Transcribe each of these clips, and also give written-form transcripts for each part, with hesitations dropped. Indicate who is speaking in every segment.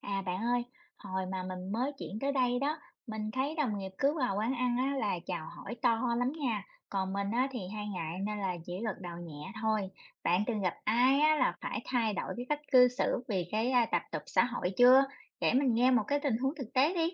Speaker 1: À bạn ơi, hồi mà mình mới chuyển tới đây đó, mình thấy đồng nghiệp cứ vào quán ăn á, là chào hỏi to lắm nha. Còn mình á, thì hay ngại nên là chỉ gật đầu nhẹ thôi. Bạn từng gặp ai á, là phải thay đổi cái cách cư xử vì cái tập tục xã hội chưa? Để mình nghe một cái tình huống thực tế đi.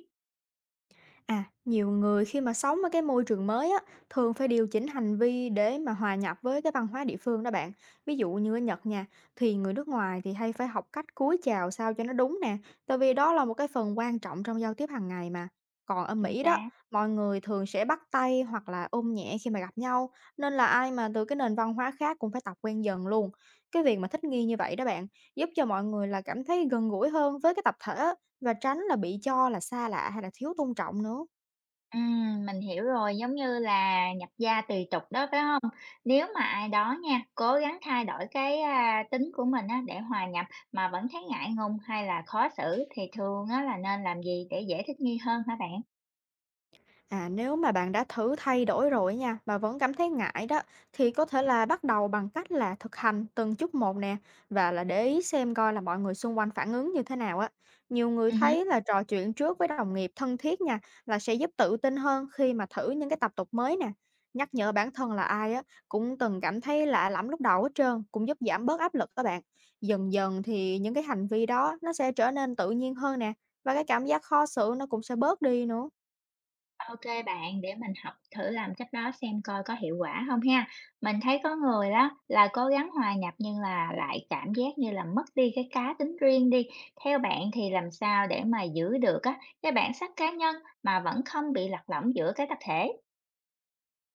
Speaker 2: À, nhiều người khi mà sống ở cái môi trường mới á, thường phải điều chỉnh hành vi để mà hòa nhập với cái văn hóa địa phương đó bạn. Ví dụ như ở Nhật nha, thì người nước ngoài thì hay phải học cách cúi chào sao cho nó đúng nè, tại vì đó là một cái phần quan trọng trong giao tiếp hàng ngày mà. Còn ở
Speaker 1: Chính
Speaker 2: Mỹ đó,
Speaker 1: xác.
Speaker 2: mọi người thường sẽ bắt tay hoặc là ôm nhẹ khi mà gặp nhau, nên là ai mà từ cái nền văn hóa khác cũng phải tập quen dần luôn. Cái việc mà thích nghi như vậy đó bạn, giúp cho mọi người là cảm thấy gần gũi hơn với cái tập thể á. Và tránh là bị cho là xa lạ hay là thiếu tôn trọng nữa.
Speaker 1: Mình hiểu rồi, giống như là nhập gia tùy tục đó, phải không? Nếu mà ai đó nha, cố gắng thay đổi cái tính của mình á, để hòa nhập mà vẫn thấy ngại ngùng hay là khó xử, thì thường á là nên làm gì để dễ thích nghi hơn hả bạn?
Speaker 2: À, nếu mà bạn đã thử thay đổi rồi nha mà vẫn cảm thấy ngại đó, thì có thể là bắt đầu bằng cách là thực hành từng chút một nè, và là để ý xem coi là mọi người xung quanh phản ứng như thế nào á. Nhiều người
Speaker 1: Ừm.
Speaker 2: thấy là trò chuyện trước với đồng nghiệp thân thiết nha, là sẽ giúp tự tin hơn khi mà thử những cái tập tục mới nè. Nhắc nhở bản thân là ai á, cũng từng cảm thấy lạ lẫm lúc đầu hết trơn cũng giúp giảm bớt áp lực các bạn. Dần dần thì những cái hành vi đó nó sẽ trở nên tự nhiên hơn nè, và cái cảm giác khó xử nó cũng sẽ bớt đi nữa.
Speaker 1: OK bạn, để mình học thử làm cách đó xem coi có hiệu quả không ha. Mình thấy có người đó là cố gắng hòa nhập nhưng là lại cảm giác như là mất đi cái cá tính riêng đi. Theo bạn thì làm sao để mà giữ được á cái bản sắc cá nhân mà vẫn không bị lạc lõng giữa cái tập thể?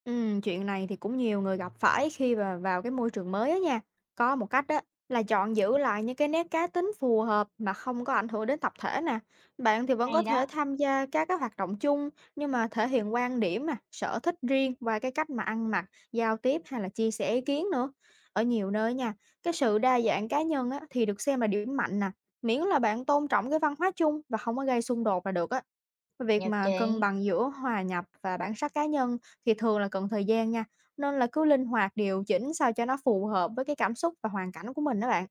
Speaker 2: Chuyện này thì cũng nhiều người gặp phải khi mà vào cái môi trường mới á nha. Có một cách đó, là chọn giữ lại những cái nét cá tính phù hợp mà không có ảnh hưởng đến tập thể nè. Bạn thì vẫn có
Speaker 1: Hay
Speaker 2: thể
Speaker 1: đó.
Speaker 2: tham gia các cái hoạt động chung, nhưng mà thể hiện quan điểm nè, sở thích riêng và cái cách mà ăn mặc, giao tiếp hay là chia sẻ ý kiến nữa. Ở nhiều nơi nha, cái sự đa dạng cá nhân á, thì được xem là điểm mạnh nè. Miễn là bạn tôn trọng cái văn hóa chung và không có gây xung đột là được á. Việc
Speaker 1: Nhất
Speaker 2: mà cân
Speaker 1: trí.
Speaker 2: bằng giữa hòa nhập và bản sắc cá nhân thì thường là cần thời gian nha, nên là cứ linh hoạt điều chỉnh sao cho nó phù hợp với cái cảm xúc và hoàn cảnh của mình đó bạn.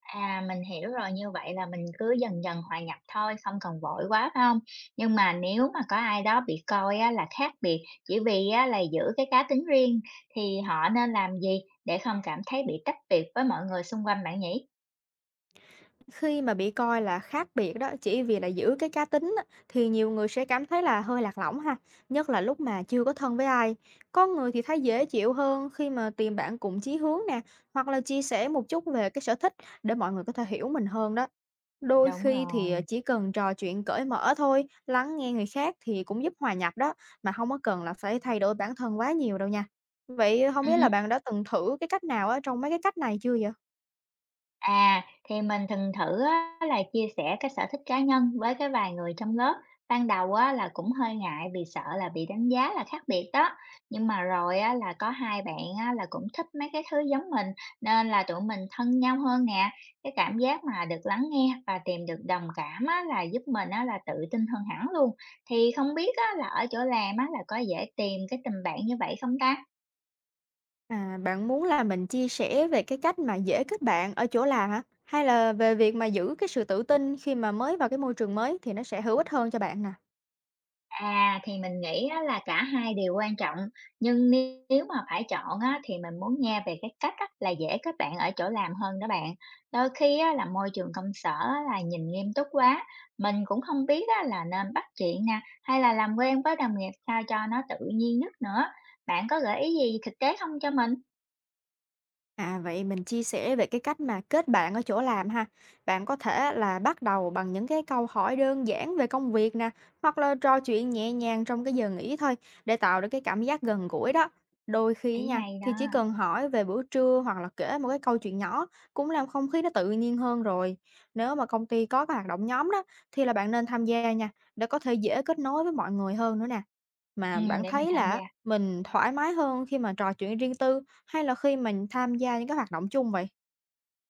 Speaker 1: À, mình hiểu rồi, như vậy là mình cứ dần dần hòa nhập thôi, không cần vội quá, phải hông? Nhưng mà nếu mà có ai đó bị coi á là khác biệt, chỉ vì á là giữ cái cá tính riêng, thì họ nên làm gì để không cảm thấy bị tách biệt với mọi người xung quanh bạn nhỉ?
Speaker 2: Khi mà bị coi là khác biệt đó chỉ vì là giữ cái cá tính á, thì nhiều người sẽ cảm thấy là hơi lạc lõng ha, nhất là lúc mà chưa có thân với ai. Có người thì thấy dễ chịu hơn khi mà tìm bạn cùng chí hướng nè, hoặc là chia sẻ một chút về cái sở thích để mọi người có thể hiểu mình hơn đó. Đôi
Speaker 1: Đúng
Speaker 2: khi thì,
Speaker 1: rồi.
Speaker 2: chỉ cần trò chuyện cởi mở thôi, lắng nghe người khác thì cũng giúp hòa nhập đó, mà không có cần là phải thay đổi bản thân quá nhiều đâu nha. Vậy không biết là bạn đã từng thử cái cách nào á trong mấy cái cách này chưa vậy?
Speaker 1: À, thì mình thường thử á, là chia sẻ cái sở thích cá nhân với cái vài người trong lớp. Ban đầu á, là cũng hơi ngại vì sợ là bị đánh giá là khác biệt đó. Nhưng mà rồi á, là có hai bạn á, là cũng thích mấy cái thứ giống mình, nên là tụi mình thân nhau hơn nè. Cái cảm giác mà được lắng nghe và tìm được đồng cảm á, là giúp mình á, là tự tin hơn hẳn luôn. Thì không biết á, là ở chỗ làm á, là có dễ tìm cái tình bạn như vậy không ta?
Speaker 2: À, bạn muốn là mình chia sẻ về cái cách mà dễ kết bạn ở chỗ làm hả? Hay là về việc mà giữ cái sự tự tin khi mà mới vào cái môi trường mới thì nó sẽ hữu ích hơn cho bạn nè?
Speaker 1: À, thì mình nghĩ á là cả hai đều quan trọng, nhưng nếu mà phải chọn á, thì mình muốn nghe về cái cách á, là dễ kết bạn ở chỗ làm hơn đó bạn. Đôi khi á, là môi trường công sở á, là nhìn nghiêm túc quá, mình cũng không biết á, là nên bắt chuyện nè, hay là làm quen với đồng nghiệp sao cho nó tự nhiên nhất nữa. Bạn có gợi ý gì thực tế không cho mình?
Speaker 2: À, vậy mình chia sẻ về cái cách mà kết bạn ở chỗ làm ha. Bạn có thể là bắt đầu bằng những cái câu hỏi đơn giản về công việc nè, hoặc là trò chuyện nhẹ nhàng trong cái giờ nghỉ thôi, để tạo được cái cảm giác gần gũi đó. Đôi khi
Speaker 1: Ý
Speaker 2: nha,
Speaker 1: hay
Speaker 2: thì
Speaker 1: đó.
Speaker 2: chỉ cần hỏi về bữa trưa hoặc là kể một cái câu chuyện nhỏ cũng làm không khí nó tự nhiên hơn rồi. Nếu mà công ty có cái hoạt động nhóm đó, thì là bạn nên tham gia nha, để có thể dễ kết nối với mọi người hơn nữa nè.
Speaker 1: Ừ,
Speaker 2: Mà bạn
Speaker 1: để mình
Speaker 2: thấy
Speaker 1: tham
Speaker 2: là
Speaker 1: gia.
Speaker 2: mình thoải mái hơn khi mà trò chuyện riêng tư, hay là khi mình tham gia những cái hoạt động chung vậy?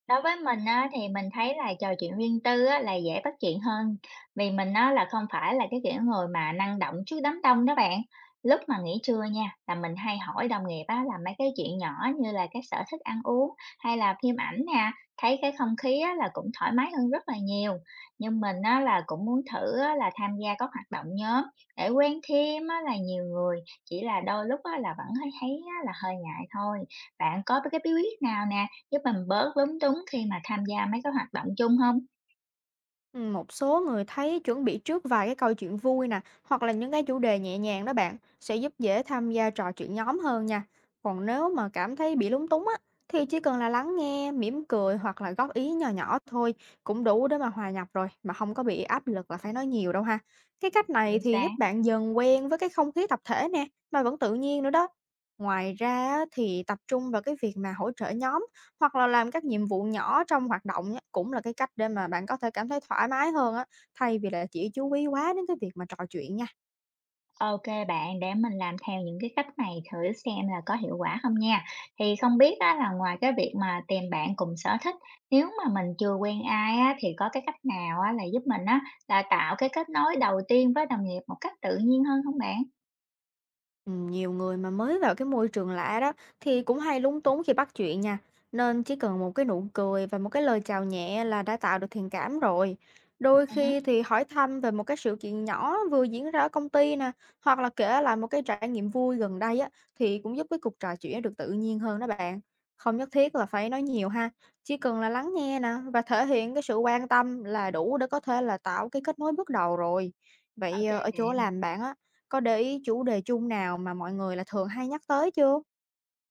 Speaker 1: Đối với mình á, thì mình thấy là trò chuyện riêng tư á, là dễ bắt chuyện hơn, vì mình á, là không phải là cái kiểu người mà năng động trước đám đông đó bạn. Lúc mà nghỉ trưa nha, là mình hay hỏi đồng nghiệp á, là mấy cái chuyện nhỏ như là cái sở thích ăn uống hay là phim ảnh nè, thấy cái không khí á, là cũng thoải mái hơn rất là nhiều. Nhưng mình á, là cũng muốn thử á, là tham gia các hoạt động nhóm để quen thêm á, là nhiều người, chỉ là đôi lúc á, là vẫn thấy thấy á, là hơi ngại thôi. Bạn có cái bí quyết nào nè giúp mình bớt lúng túng khi mà tham gia mấy cái hoạt động chung không?
Speaker 2: Một số người thấy chuẩn bị trước vài cái câu chuyện vui nè, hoặc là những cái chủ đề nhẹ nhàng đó bạn, sẽ giúp dễ tham gia trò chuyện nhóm hơn nha. Còn nếu mà cảm thấy bị lúng túng á, thì chỉ cần là lắng nghe, mỉm cười hoặc là góp ý nhỏ nhỏ thôi cũng đủ để mà hòa nhập rồi, mà không có bị áp lực là phải nói nhiều đâu ha. Cái cách này
Speaker 1: Chính
Speaker 2: thì
Speaker 1: xác.
Speaker 2: giúp bạn dần quen với cái không khí tập thể nè, mà vẫn tự nhiên nữa đó. Ngoài ra á, thì tập trung vào cái việc mà hỗ trợ nhóm hoặc là làm các nhiệm vụ nhỏ trong hoạt động á, cũng là cái cách để mà bạn có thể cảm thấy thoải mái hơn á, thay vì là chỉ chú ý quá đến cái việc mà trò chuyện nha.
Speaker 1: OK bạn, để mình làm theo những cái cách này thử xem là có hiệu quả không nha. Thì không biết á là ngoài cái việc mà tìm bạn cùng sở thích, nếu mà mình chưa quen ai á, thì có cái cách nào á là giúp mình á là tạo cái kết nối đầu tiên với đồng nghiệp một cách tự nhiên hơn không bạn?
Speaker 2: Ừ, nhiều người mà mới vào cái môi trường lạ đó, thì cũng hay lúng túng khi bắt chuyện nha. Nên chỉ cần một cái nụ cười và một cái lời chào nhẹ là đã tạo được thiện cảm rồi. Đôi
Speaker 1: Hứm.
Speaker 2: khi thì hỏi thăm về một cái sự kiện nhỏ vừa diễn ra ở công ty nè, hoặc là kể lại một cái trải nghiệm vui gần đây á, thì cũng giúp cái cuộc trò chuyện được tự nhiên hơn đó bạn. Không nhất thiết là phải nói nhiều ha, chỉ cần là lắng nghe nè và thể hiện cái sự quan tâm là đủ để có thể là tạo cái kết nối bước đầu rồi. Vậy
Speaker 1: OK
Speaker 2: ở chỗ
Speaker 1: bạn.
Speaker 2: làm bạn á, có để ý chủ đề chung nào mà mọi người là thường hay nhắc tới chưa?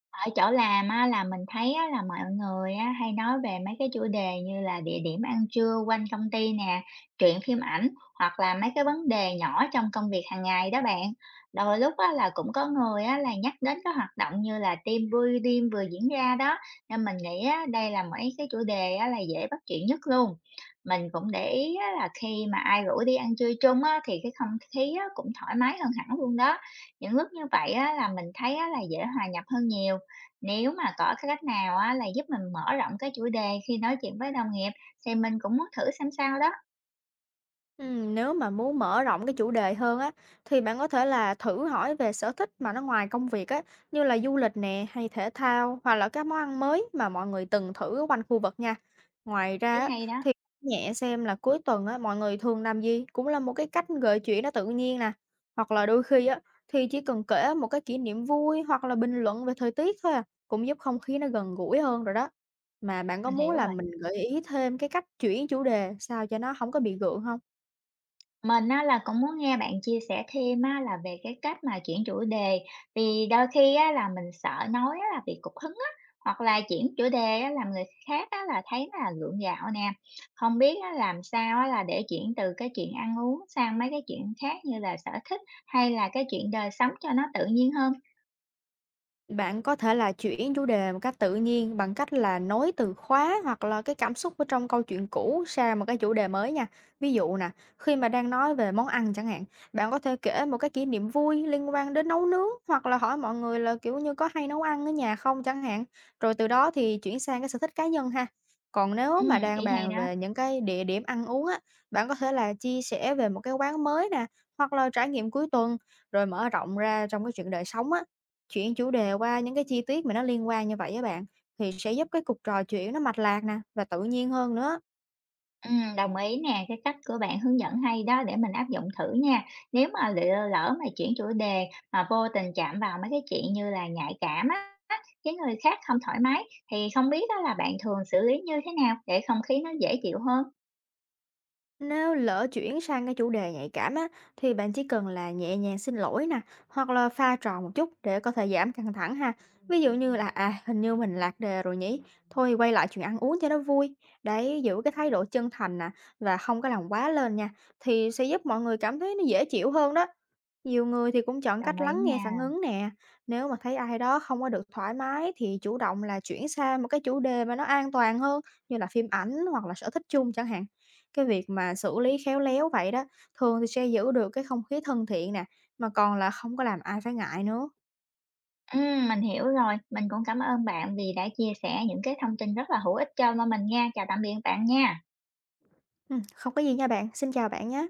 Speaker 1: Ở chỗ làm á là mình thấy á là mọi người á hay nói về mấy cái chủ đề như là địa điểm ăn trưa quanh công ty nè, truyện phim ảnh, hoặc là mấy cái vấn đề nhỏ trong công việc hàng ngày đó bạn. Đôi lúc á là cũng có người á là nhắc đến cái hoạt động như là team building vừa diễn ra đó, nên mình nghĩ á đây là mấy cái chủ đề á là dễ bắt chuyện nhất luôn. Mình cũng để ý á là khi mà ai rủ đi ăn trưa chung á thì cái không khí á cũng thoải mái hơn hẳn luôn đó. Những lúc như vậy á là mình thấy á là dễ hòa nhập hơn nhiều. Nếu mà có cái cách nào á là giúp mình mở rộng cái chủ đề khi nói chuyện với đồng nghiệp thì mình cũng muốn thử xem sao đó,
Speaker 2: Nếu mà muốn mở rộng cái chủ đề hơn á, thì bạn có thể là thử hỏi về sở thích mà nó ngoài công việc á, như là du lịch nè, hay thể thao, hoặc là các món ăn mới mà mọi người từng thử ở quanh khu vực nha. Ngoài
Speaker 1: ý
Speaker 2: ra á,
Speaker 1: hay đó,
Speaker 2: thì nhẹ xem là cuối tuần á, mọi người thường làm gì cũng là một cái cách gợi chuyện nó tự nhiên nè. Hoặc là đôi khi á, thì chỉ cần kể một cái kỷ niệm vui hoặc là bình luận về thời tiết thôi à, cũng giúp không khí nó gần gũi hơn rồi đó. Mà bạn có
Speaker 1: mình
Speaker 2: muốn
Speaker 1: hiểu
Speaker 2: là
Speaker 1: rồi.
Speaker 2: mình gợi ý thêm cái cách chuyển chủ đề sao cho nó không có bị gượng không?
Speaker 1: Mình á là cũng muốn nghe bạn chia sẻ thêm á là về cái cách mà chuyển chủ đề, vì đôi khi á là mình sợ nói á là bị cục hứng á, hoặc là chuyển chủ đề á làm người khác á là thấy là gượng gạo nè. Không biết á làm sao á là để chuyển từ cái chuyện ăn uống sang mấy cái chuyện khác như là sở thích hay là cái chuyện đời sống cho nó tự nhiên hơn.
Speaker 2: Bạn có thể là chuyển chủ đề một cách tự nhiên bằng cách là nối từ khóa hoặc là cái cảm xúc ở trong câu chuyện cũ sang một cái chủ đề mới nha. Ví dụ nè, khi mà đang nói về món ăn chẳng hạn, bạn có thể kể một cái kỷ niệm vui liên quan đến nấu nướng, hoặc là hỏi mọi người là kiểu như có hay nấu ăn ở nhà không chẳng hạn. Rồi từ đó thì chuyển sang cái sở thích cá nhân ha. Còn nếu
Speaker 1: Ừ,
Speaker 2: mà
Speaker 1: ý
Speaker 2: đang
Speaker 1: hay
Speaker 2: bàn
Speaker 1: đó.
Speaker 2: về những cái địa điểm ăn uống á, bạn có thể là chia sẻ về một cái quán mới nè, hoặc là trải nghiệm cuối tuần, rồi mở rộng ra trong cái chuyện đời sống á. Chuyển chủ đề qua những cái chi tiết mà nó liên quan như vậy á bạn, thì sẽ giúp cái cuộc trò chuyện nó mạch lạc nè, và tự nhiên hơn nữa.
Speaker 1: Đồng ý nè, cái cách của bạn hướng dẫn hay đó, để mình áp dụng thử nha. Nếu mà lỡ lỡ mà chuyển chủ đề mà vô tình chạm vào mấy cái chuyện như là nhạy cảm á, khiến người khác không thoải mái, thì không biết đó là bạn thường xử lý như thế nào để không khí nó dễ chịu hơn?
Speaker 2: Nếu lỡ chuyển sang cái chủ đề nhạy cảm á, thì bạn chỉ cần là nhẹ nhàng xin lỗi nè, hoặc là pha trò một chút để có thể giảm căng thẳng ha. Ví dụ như là à, hình như mình lạc đề rồi nhỉ, thôi quay lại chuyện ăn uống cho nó vui. Đấy, giữ cái thái độ chân thành nè, và không có làm quá lên nha, thì sẽ giúp mọi người cảm thấy nó dễ chịu hơn đó. Nhiều người thì cũng chọn
Speaker 1: Đồng
Speaker 2: cách
Speaker 1: ý
Speaker 2: lắng nghe
Speaker 1: nè.
Speaker 2: phản ứng nè. Nếu mà thấy ai đó không có được thoải mái, thì chủ động là chuyển sang một cái chủ đề mà nó an toàn hơn, như là phim ảnh hoặc là sở thích chung chẳng hạn. Cái việc mà xử lý khéo léo vậy đó, thường thì sẽ giữ được cái không khí thân thiện nè, mà còn là không có làm ai phải ngại nữa.
Speaker 1: Mình hiểu rồi, mình cũng cảm ơn bạn vì đã chia sẻ những cái thông tin rất là hữu ích cho mình nha. Chào tạm biệt bạn nha.
Speaker 2: Không có gì nha bạn, xin chào bạn nhé.